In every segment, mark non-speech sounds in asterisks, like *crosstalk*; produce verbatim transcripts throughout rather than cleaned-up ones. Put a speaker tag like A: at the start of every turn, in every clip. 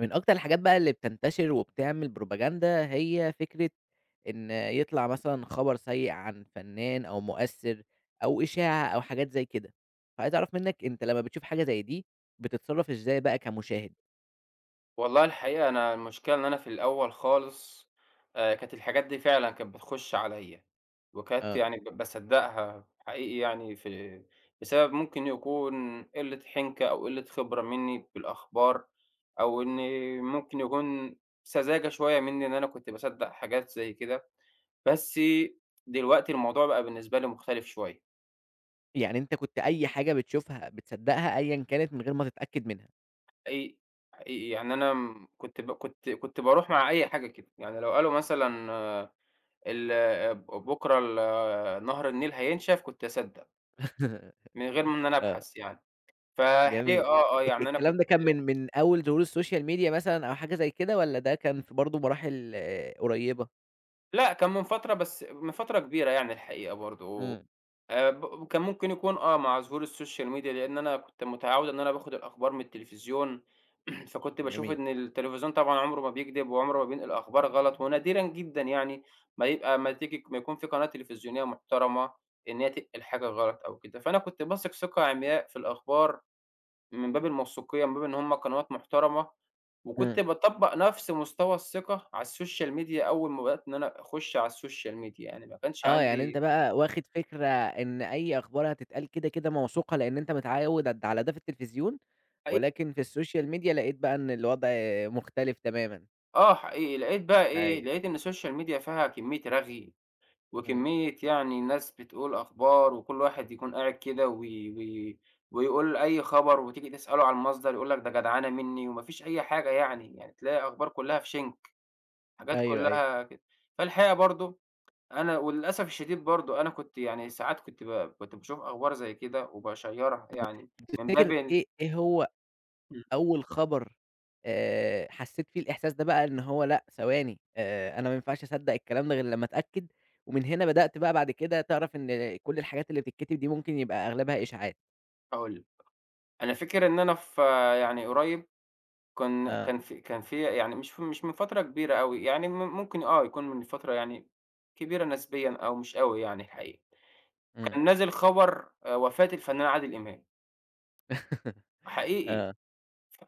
A: من أكتر الحاجات بقى اللي بتنتشر وبتعمل بروباجندا هي فكرة إن يطلع مثلًا خبر سيء عن فنان أو مؤثّر أو إشاعة أو حاجات زي كده، فعايز أعرف منّك أنت لمّا بتشوف حاجة زي دي بتتصرّف إزاي بقى كمشاهد؟
B: والله الحقيقة أنا المشكلة إن أنا في الأول خالص آآ، كانت الحاجات دي فعلًا كانت بتخُش عليّا، وكانت
A: آه.
B: يعني ب باصدّقها حقيقي، يعني في بسبب ممكن يكون قِلّة حِنكة أو قِلّة خبرة منّي بالأخبار، أو إن ممكن يكون سذاجة شوية منّي إن أنا كنت باصدّق حاجات زي كده، بس دلوقتي الموضوع بقى بالنسبة لي مختلف شوية.
A: يعني أنت كنت أي حاجة بتشوفها بتصدّقها أيًا كانت من غير ما تتأكد منها.
B: حقيقي، حقيقي، يعني أنا م كنت ب كنت كنت باروح مع أي حاجة كده. يعني لو قالوا مثلًا ال بكرة ال نهر النيل هينشف، كنت أصدّق من غير ما إن أنا
A: آه،
B: أبحث يعني. فالحقيقة
A: جميل.
B: آه، آه،
A: الك
B: يعني أنا
A: الكلام
B: كنت
A: ده كان من من أول ظهور السوشيال ميديا مثلًا أو حاجة زي كده والّا ده كان في برضه مراحل آه، قريّبة؟
B: لأ، كان من فترة، بس من فترة كبيرة يعني الحقيقة برضه.
A: إمم،
B: آآ، ب كان ممكن يكون آه، مع ظهور الSocial Media، لأن أنا كنت متعوّد إن أنا باخد الأخبار من التلفزيون. *clears throat* فكنت باشوف
A: جميل.
B: إن التلفزيون طبعًا عمره ما بيكدب وعمره ما بينقل أخبار غلط، ونادرًا جدًا يعني ما يبقى ما تيجي ما يكون في قناة تلفزيونية محترمة إن هي تنقل حاجة غلط أو كده. فأنا كنت باثق ثقة عمياء في الأخبار، من باب الموثوقية، من باب إن هم قنوات محترمة. وكنت
A: إمم،
B: باطبّق نفس مستوى الثقة على السوشيال ميديا أول ما بدأت إن أنا أخُش على السوشيال ميديا، يعني ما كانش
A: آه، يعني أنت
B: عندي
A: بقى واخد فكرة إن أي أخبار هتتقال كده، كده موثوقة، لإن أنت متعوّد د على ده في التلفزيون،
B: حقيقي.
A: ولكن في السوشيال ميديا لقيت بقى إن الوضع مختلف تمامًا.
B: آه حقيقي، لقيت بقى إيه،
A: أيوه،
B: لقيت إن السوشيال ميديا فيها كمية رغي،
A: إمم،
B: وكمية يعني ناس بتقول أخبار، وكل واحد يكون قاعد كده وي وي ويقول أي خبر، وتيجي تسأله على المصدر يقول لك ده جدعنة منّي، وما فيش أي حاجة يعني. يعني تلاقي أخبار كلّها في شِنك، حاجات
A: أيوه، أيوه.
B: كلّها كده. فالحقيقة برضه أنا وللأسف الشديد برضه أنا كنت يعني ساعات كنت ب كنت باشوف أخبار زي كده وباشيّرها، يعني من باب
A: تفتكر
B: ال
A: إيه إيه هو
B: إمم،
A: أول خبر آآ، حسّيت فيه الإحساس ده بقى إن هو لأ، ثواني آآ، أنا ما ينفعش أصدّق الكلام ده غير لمّا أتأكد، ومن هنا بدأت بقى بعد كده تعرف إن كل الحاجات اللي بتتكتب دي ممكن يبقى أغلبها إشاعات؟
B: هاقول لك. أنا فاكر إن أنا في يعني قريب كان
A: آه،
B: كان في كان في يعني مش في مش من فترة كبيرة أوي، يعني م ممكن آه، يكون من فترة يعني كبيرة نسبيًا أو مش أوي يعني الحقيقة.
A: إمم،
B: كان نازل خبر آآ وفاة الفنان عادل إمام،
A: *laughs*
B: حقيقي.
A: آه،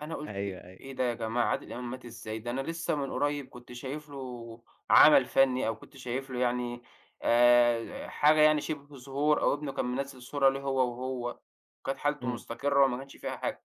B: أنا قُلت
A: أيوه، أيوه،
B: إيه ده يا جماعة، عادل إمام مات إزاي؟ ده أنا لسه من قريب كنت شايف له عمل فني، أو كنت شايف له يعني آآ حاجة يعني شِبه ظهور، أو ابنه كان منزّل صورة ليه هو وهو، وكانت حالته
A: إمم،
B: مستقرة وما كانش فيها حاجة.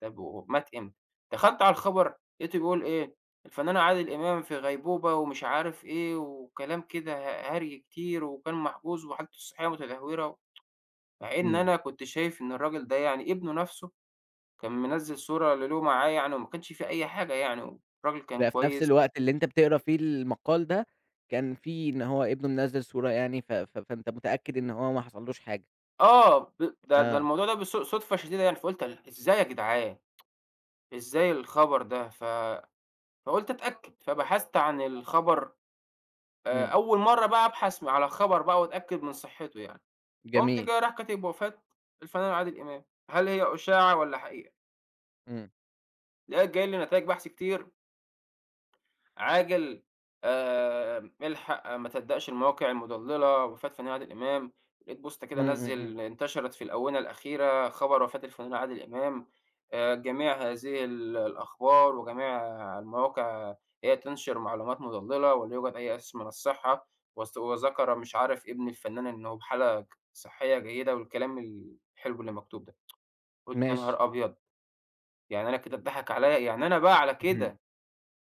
B: طب ومات إمتى؟ دخلت على الخبر لقيته بيقول إيه، الفنان عادل إمام في غيبوبة ومش عارف إيه وكلام كده، ه هري كتير وكان محجوز وحالته الصحية متدهورة، مع إن
A: إمم.
B: أنا كنت شايف إن الراجل ده يعني ابنه نَفْسه كان منزّل صورة لإله معاه يعني، وما كانش في أي حاجة يعني، والراجل كان
A: بقى في نفس
B: كويس.
A: الوقت اللي أنت بتقرا فيه المقال ده، كان في إن هو ابنه منزّل صورة يعني ف ف فأنت متأكد إن هو ما حصلوش حاجة.
B: آه، ب ده ده
A: آه،
B: الموضوع ده بالص صُدفة شديدة يعني، فقُلت ال إزاي يا جدعان، إزاي الخبر ده؟ ف فقُلت أتأكد، فبحثت عن الخبر، آآ،
A: إمم،
B: أول مرّة بقى أبحث على خبر بقى وأتأكد من صحته يعني. قُمت
A: جميل،
B: جاي رايح كاتب وفاة الفنان عادل إمام، هل هي أشاعة والّا حقيقة؟
A: إمم،
B: لقيت جاي لي نتايج بحث كتير. عاجل، آآ، الحق ما تصدقش المواقع المضللة، وفاة فنان عادل إمام. لقيت بوستة كده
A: إمم، إمم، إمم،
B: نزّل انتشرت في الآونة الأخيرة خبر وفاة الفنان عادل إمام، آآ، جميع هذه ال الأخبار وجميع المواقع هي تنشر معلومات مضللة ولا يوجد أي أساس من الصحة، وس وذكر مش عارف ابن الفنان إنه بحالة صحية جيدة والكلام الحلو اللي مكتوب ده. قُلت يا
A: ماشي.
B: نهار أبيض! يعني أنا كده اتضحك عليَّ، يعني أنا بقى على
A: اهم،
B: كده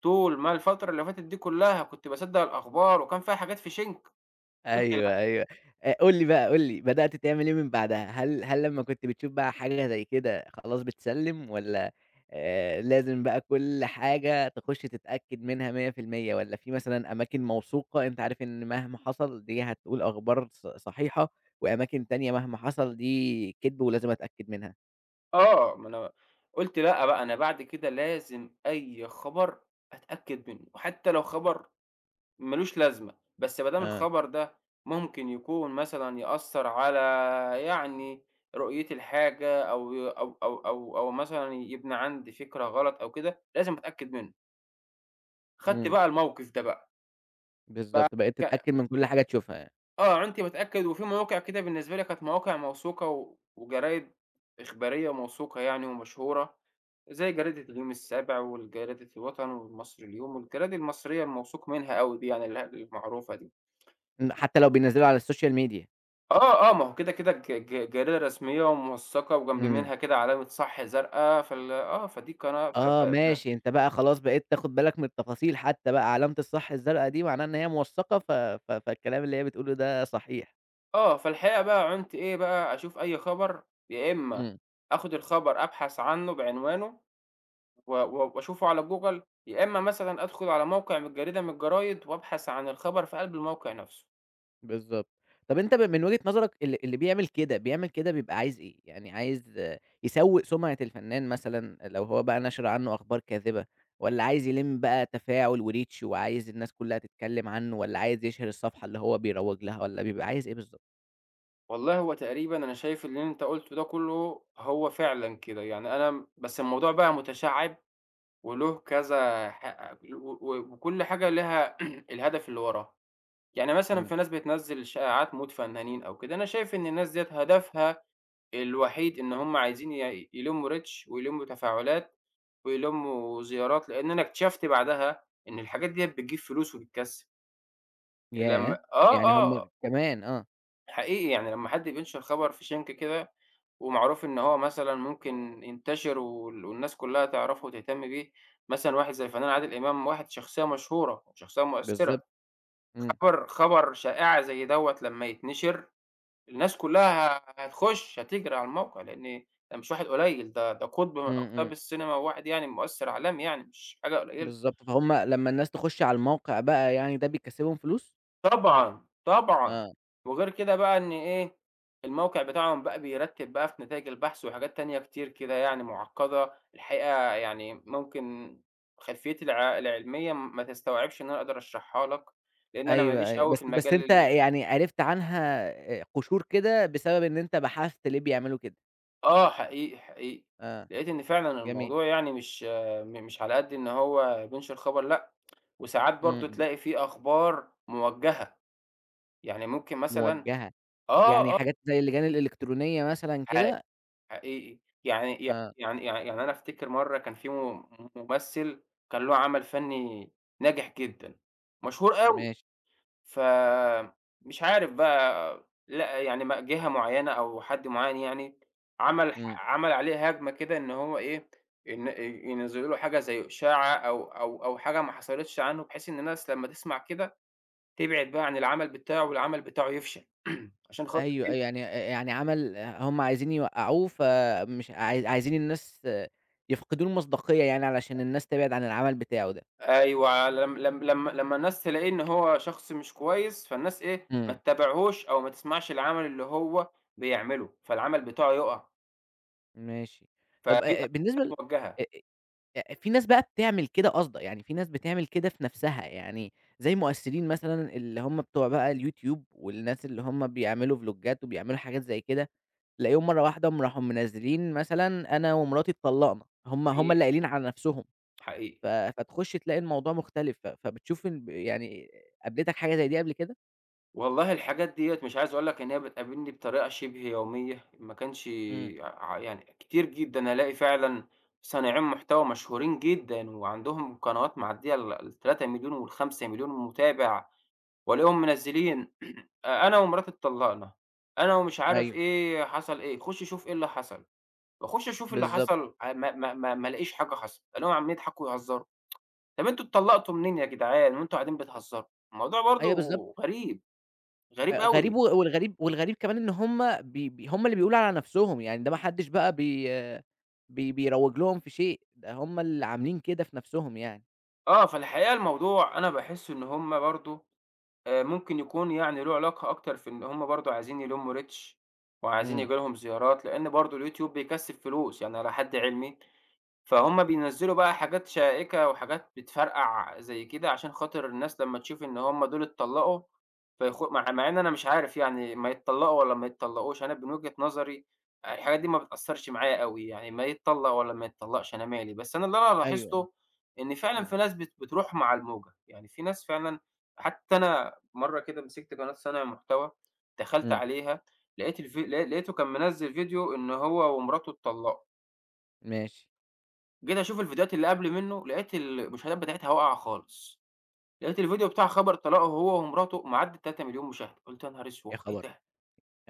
B: طول ما الفترة اللي فاتت دي كلّها كنت باصدّق الأخبار وكان فيها حاجات في شِنك.
A: *laughs*
B: قُلت
A: أيوه،
B: لأ.
A: أيوه. آآ قُل لي بقى، قُل لي بدأت تعمل إيه من بعدها؟ هل هل لمّا كنت بتشوف بقى حاجة زي كده خلاص بتسلِّم والّا آآ لازم بقى كل حاجة تخُش تتأكد منها مية في المية والّا في مثلًا أماكن موثوقة أنت عارف إن مهما حصل دي هتقول أخبار ص صحيحة، وأماكن تانية مهما حصل دي كدب ولازم أتأكد منها.
B: آه، ما أنا قُلت لأ بقى، أنا بعد كده لازم أي خبر أتأكد منّه، وحتى لو خبر ما لوش لازمة، بس ما دام
A: آه.
B: الخبر ده ممكن يكون مثلًا يأثّر على يعني رؤيتي لحاجة، أو ي أو أو أو أو مثلًا يبنى عندي فكرة غلط أو كده، لازم أتأكد منّه. خدت
A: إمم،
B: بقى الموقف ده بقى.
A: بالضبط، بقيت
B: ك
A: تتأكد من *unintelligible* كل حاجة تشوفها يعني،
B: آه، أنتِ باتأكد، وفي مواقع كده بالنسبة لي كانت مواقع موثوقة و وجرايد إخبارية موثوقة يعني ومشهورة، زي جريدة اليوم السابع والجريدة الوطن والمصري اليوم والجرايد المصرية الموثوق منها أوي دي، يعني ال المعروفة دي.
A: إمم، حتى لو بينزّلوا على السوشيال ميديا.
B: آه، آه، ما هو كده، كده ج ج جريدة رسمية وموثقة وجنب
A: إمم.
B: منها كده علامة صح زرقا، فال آه، فدي قناة ف ف
A: آه
B: ف
A: ماشي، أنت بقى خلاص بقيت تاخد بالك من التفاصيل حتى بقى علامة الصح الزرقا دي معناها إن هي موثّقة ف ف فالكلام اللي هي بتقوله ده صحيح.
B: آه، فالحقيقة بقى عُنت إيه، بقى أشوف أي خبر، يا إما
A: إمم.
B: آخد الخبر أبحث عنه بعنوانه و و وأشوفه على جوجل، يا إمّا مثلًا أدخل على موقع من جريدة من الجرايد وأبحث عن الخبر في قلب الموقع نفسه.
A: بالضبط. طَب أنت ب من وجهة نظرك ال اللي بيعمل كده، بيعمل كده بيبقى عايز إيه؟ يعني عايز آه، يسوّق سمعة الفنان مثلًا لو هو بقى نشر عنه أخبار كاذبة، والّا عايز يلِم بقى تفاعل وreach وعايز الناس كلّها تتكلّم عنه، والّا عايز يشهر الصفحة اللي هو بيروّج لها، والّا بيبقى عايز إيه بالضبط؟
B: والله هو تقريبًا أنا شايف اللي أنت قُلته ده كلّه هو فعلًا كده. يعني أنا م بس الموضوع بقى متشعّب وله كذا ح و و وكل حاجة ليها *clears throat* الهدف اللي وراها. يعني مثلًا
A: إمم.
B: في ناس بتنزّل شائعات موت فنانين أو كده، أنا شايف إن الناس ديّة هدفها الوحيد إن هم عايزين ي يلمّوا reach ويلمّوا تفاعلات ويلمّوا زيارات، لإن أنا اكتشفت بعدها إن الحاجات ديّة بتجيب فلوس وبتكسب.
A: ياه!
B: لمّا آه،
A: يعني هم
B: آه،
A: كمان آه،
B: حقيقي، يعني لمّا حد بينشر خبر في شِنْك كده ومعروف إن هو مثلًا ممكن ينتشر وال والناس كلّها تعرفه وتهتم بيه، مثلًا واحد زي الفنان عادل إمام، واحد شخصية مشهورة وشخصية مؤثرة،
A: بالضبط. إمم.
B: خبر خبر شائِعة زي دوّة لمّا يتنشر الناس كلّها هتخش، هتجري على الموقع، لإن ده مش واحد قليل، ده ده قطب من
A: إمم،
B: أقطاب
A: إمم.
B: السينما وواحد يعني مؤثر عالمي، يعني مش حاجة قليلة.
A: بالضبط. فهُم لمّا الناس تخُش على الموقع بقى يعني ده بيكسّبهم فلوس؟
B: طبعًا، طبعًا.
A: آه.
B: وغير كده بقى إن إيه، الموقع بتاعهم بقى بيرتّب بقى في نتايج البحث وحاجات تانية كتير كده، يعني معقّدة، الحقيقة، يعني ممكن خلفيتي الع العلمية ما تستوعبش إن أنا أقدر أشرحها لك، لإن أنا ما
A: أيوه،
B: ليش
A: أيوه.
B: أوي في
A: بس بس
B: المجال
A: أنت
B: ال
A: يعني عرفت عنها آآ قشور كده بسبب إن أنت بحثت ليه بيعملوا كده.
B: آه حقيقي، حقيقي.
A: آه،
B: لقيت إن فعلًا
A: جميل.
B: الموضوع يعني مش م مش على قد إن هو بينشر خبر لأ، وساعات برضه
A: إمم، إمم.
B: تلاقي في أخبار موجّهة، يعني ممكن مثلًا
A: موجهة. يعني
B: آه، آه،
A: حاجات زي اللجان الإلكترونية مثلًا
B: حقيقية.
A: كده؟
B: حقيقي. يعني يع
A: آه،
B: يعني يع يعني أنا أفتكر مرّة كان في م ممثل كان له عمل فنّي ناجح جدًا، مشهور أوي،
A: ماشي.
B: فمش عارف بقى لأ يعني ما جهة معيّنة أو حد معيّن، يعني عمل
A: إمم.
B: ح عمل عليه هجمة كده، إن هو إيه، إن آآ ينزّلوا له حاجة زي إشاعة أو أو أو حاجة ما حصلتش عنّه، بحيث إن الناس لمّا تسمع كده تبعد بقى عن العمل بتاعه والعمل بتاعه يفشل *clears throat* عشان خاطر
A: أيوه،
B: إيه.
A: أيوه. يعني آآ يعني عمل هم عايزين يوقّعوه فمش عاي عايزين الناس يفقدوا له المصداقية يعني علشان الناس تبعد عن العمل بتاعه ده.
B: أيوه، لم لم لمّا لمّا الناس تلاقيه إن هو شخص مش كويس، فالناس إيه، ما
A: إمم،
B: تتابعهوش أو ما تسمعش العمل اللي هو بيعمله، فالعمل بتاعه يُقع،
A: ماشي. طب آآ
B: فبيبقى
A: بالنسبة ل
B: موجهة.
A: أ أ في ناس بقى بتعمل كده قاصدة، يعني في ناس بتعمل كده في نَفْسها، يعني زي مؤثرين مثلًا اللي هم بتوع بقى الYouTube والناس اللي هم بيعملوا فلوجات وبيعملوا حاجات زي كده، تلاقيهم مرّة واحدة قاموا راحوا منزّلين مثلًا أنا ومراتي اتطلّقنا، هم هم اللي
B: حقيقي،
A: قايلين على نَفْسهم،
B: حقيقي.
A: ف فتخُش تلاقي الموضوع مختلف، ف فبتشوف إن ب يعني قابلتك حاجة زي دي قبل كده؟
B: والله الحاجات ديّة مش عايز أقول لك إن هي بتقابلني بطريقة شبه يومية، ما كانش
A: إمم،
B: ع يعني كتير جدًا ألاقي فعلًا صانعين محتوى مشهورين جدًا وعندهم قنوات معدية ال ال3.000.000 وال5.000.000 متابع. وألاقيهم منزّلين *clears throat* أنا ومراتي اتطلّقنا، أنا ومش عارف
A: أيوه،
B: إيه حصل إيه، خُش شوف إيه اللي حصل، باخُش أشوف اللي
A: بالضبط،
B: حصل ع ما ما ما ما ألاقيش حاجة حصلت، ألاقيهم عمّالين يضحكوا ويهزّروا. طَب أنتم اتطلّقتوا منين يا جدعان وأنتم قاعدين بتهزّروا؟ الموضوع برضه
A: أيوه بالضبط.
B: غريب، غريب
A: آآ
B: أوي.
A: غريب و والغريب والغريب كمان إن هُم بي بي هُم اللي بيقولوا على نَفْسهم، يعني ده ما حدّش بقى بي آه، بي بيروّج لهم في شيء، ده هُم اللي عاملين كده في نَفْسهم يعني.
B: آه، فالحقيقة الموضوع أنا باحس إن هم برضه آآ ممكن يكون يعني له علاقة أكتر في إن هم برضه عايزين يلمّوا reach وعايزين
A: إمم،
B: ييجي لهم زيارات، لإن برضه اليوتيوب بيكسّب فلوس، يعني على حد علمي. فهُم بينزّلوا بقى حاجات شائكة وحاجات بتفرقع زي كده، عشان خاطر الناس لمّا تشوف إن هُم دول اتطلّقوا فيخو مع مع إن أنا مش عارف يعني، ما يتطلّقوا والّا ما يتطلّقوش، أنا من وجهة نظري آآ الحاجات دي ما بتأثّرش معايا أوي، يعني ما يتطلّق والّا ما يتطلّقش أنا مالي. بس أنا اللي أنا
A: أيوه،
B: لاحظته إن فعلًا
A: إمم،
B: في ناس بت بتروح مع الموجة، يعني في ناس فعلًا حتى أنا مرّة كده مسكت قناة صانع محتوى دخلت
A: إمم،
B: عليها، لقيت الفي ل لقيته كان منزّل فيديو إن هو ومراته اتطلّقوا.
A: ماشي،
B: جيت أشوف الفيديوهات اللي قبل منه، لقيت المشاهدات بتاعتها واقعة خالص، لقيت الفيديو بتاع خبر طلاقه هو ومراته معدّي ال3.000.000 مشاهدة. قُلت يا نهار
A: يا
B: أسوخ! إيه
A: خبر!
B: ده؟!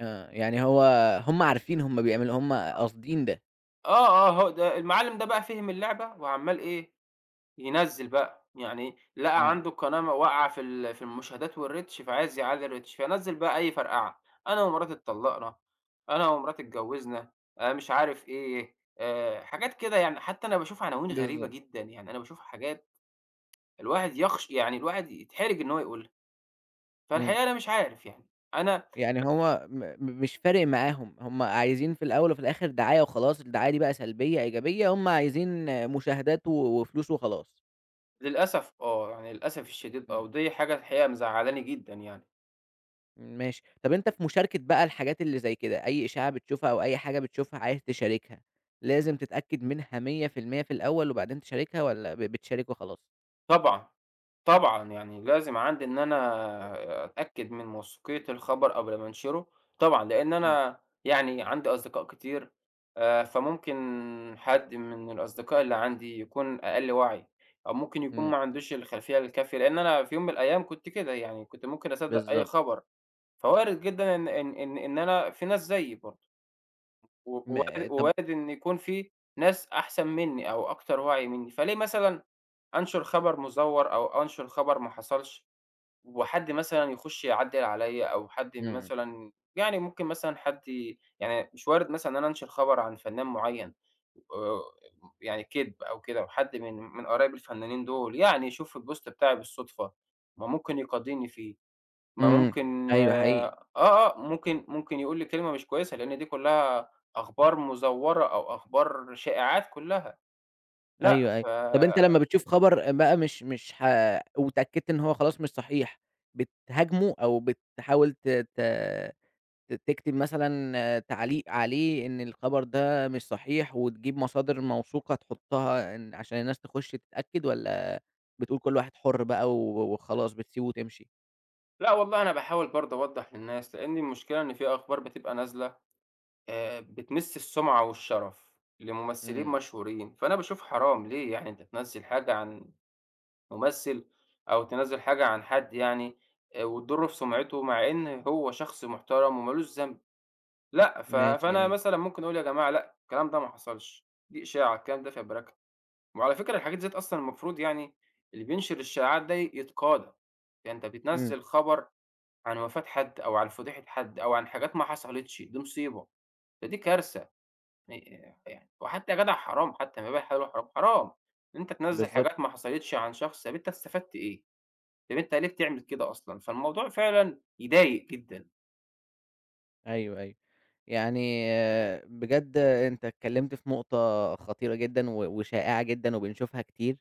A: آه، يعني هو هُم عارفين هُم بيعملوا هُم قاصدين ده.
B: آه، آه، هو ده المعلم ده بقى فِهِم اللعبة وعمّال إيه، ينزّل بقى، يعني لقى
A: إمم،
B: عنده القناة م واقعة في ال في المشاهدات والreach، فعايز يعلّي الreach، فنزّل بقى أي فرقعة. أنا ومراتي اتطلّقنا، أنا ومراتي اتجوّزنا، آآ مش عارف إيه، آآ حاجات كده يعني. حتّى أنا باشوف عناوين غريبة
A: بالضبط،
B: جدًا، يعني أنا باشوف حاجات الواحد يخش يعني الواحد يتحرج إن هو يقولها.
A: إمم،
B: فالحقيقة أنا مش عارف يعني، أنا
A: يعني هو م م مش فارق معاهم، هُم عايزين في الأول وفي الآخر دعاية وخلاص، الدعاية دي بقى سلبية، إيجابية، هُم عايزين مشاهدات و وفلوس وخلاص.
B: للأسف آه، يعني للأسف الشديد آه،
A: إمم.
B: ودي حاجة الحقيقة مزعلاني جدًا يعني.
A: ماشي. طب أنت في مشاركة بقى الحاجات اللي زي كده، أي إشاعة بتشوفها أو أي حاجة بتشوفها عايز تشاركها، لازم تتأكد منها مية في المية في الأول وبعدين تشاركها والّا ب بتشارك وخلاص؟
B: طبعًا، طبعًا، يعني لازم عندي إن أنا أتأكد من موثوقية الخبر قبل ما أنشره، طبعًا، لأن
A: إمم،
B: أنا يعني عندي أصدقاء كتير، آآ، فممكن حد من الأصدقاء اللي عندي يكون أقل وعي، أو ممكن يكون
A: إمم،
B: ما عندوش الخلفية الكافية، لأن أنا في يوم من الأيام كنت كده يعني، كنت ممكن أصدق أي
A: بالضبط.
B: خبر. فوارد جدًا إن إن إن إن أنا في ناس زيي برضه. و
A: م
B: وارد
A: طب
B: وارد إن يكون في ناس أحسن منّي أو أكتر وعي منّي، فليه مثلًا أنشر خبر مزور أو أنشر خبر ما حصلش، وحد مثلًا يخش يعدّل عليَّ، أو حد
A: إمم،
B: مثلًا يعني ممكن مثلًا حد ي يعني مش وارد مثلًا إن أنا أنشر خبر عن فنان معيّن، آآ، يعني كدب أو كده، وحد من من قرايب الفنانين دول يعني يشوف البوست بتاعي بالصدفة، ما ممكن يقاضيني فيه. ما
A: إمم،
B: ممكن
A: أيوه حقيقي،
B: آه، آه، ممكن ممكن يقول لي كلمة مش كويسة، لإن دي كلّها أخبار مزوّرة أو أخبار شائعات كلّها. لأ.
A: أيوه،
B: ف
A: أيوه. طب أنت لمّا بتشوف خبر بقى مش مش ح واتأكدت إن هو خلاص مش صحيح، بتهاجمه أو بتحاول ت ت ت تكتب مثلًا تعليق عليه إن الخبر ده مش صحيح، وتجيب مصادر موثوقة تحطها إن عشان الناس تخش تتأكد، والّا بتقول كل واحد حُر بقى و وخلاص بتسيبه وتمشي؟
B: لأ والله أنا باحاول برضه أوضّح للناس، لإن المشكلة إن في أخبار بتبقى نازلة، آآ، بتمِس السُمعة والشرف لممثلين
A: إمم،
B: مشهورين، فأنا باشوف حرام ليه يعني أنت تنزّل حاجة عن ممثل أو تنزّل حاجة عن حد، يعني آآ، وتضُر في سُمعته مع إن هو شخص محترم وما لوش ذنب. لأ، ف
A: ماشي
B: فأنا
A: جميل،
B: مثلًا ممكن أقول يا جماعة لأ، الكلام ده ما حصلش، دي إشاعة، الكلام ده فبركة. وعلى فكرة الحاجات ديّة أصلًا المفروض يعني اللي بينشر الشائعات ده يتقاضى، يعني أنت
A: إمم،
B: بتنزّل خبر عن وفاة حد أو عن فضيحة حد أو عن حاجات ما حصلتش، دي مصيبة، فدي كارثة، يعني يعني وحتى يا جدع حرام، حتى ما بين الحلال والحرام، حرام إن أنت تنزّل
A: بالضبط،
B: حاجات ما حصلتش عن شخص. طب أنت استفدت إيه؟ طب أنت ليه بتعمل كده أصلًا؟ فالموضوع فعلًا يضايق جدًا.
A: أيوه، أيوه، يعني آه، بجد أنت اتكلمت في نقطة خطيرة جدًا و وشائعة جدًا وبنشوفها كتير.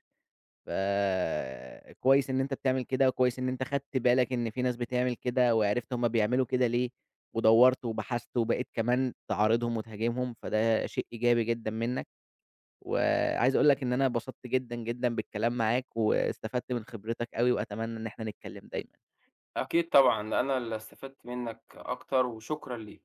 A: فكويس إن أنت بتعمل كده، وكويس إن أنت خدت بالك إن في ناس بتعمل كده، وعرفت هُم بيعملوا كده ليه، ودوّرت وبحثت، وبقيت كمان تعارضهم وتهاجمهم، فده شيء إيجابي جدًا منك، وعايز أقول لك إن أنا اتبسطت جدًا، جدًا بالكلام معاك، واستفدت من خبرتك أوي، وأتمنى إن إحنا نتكلم دايمًا.
B: أكيد طبعًا، أنا اللي استفدت منّك أكتر وشكرًا ليك.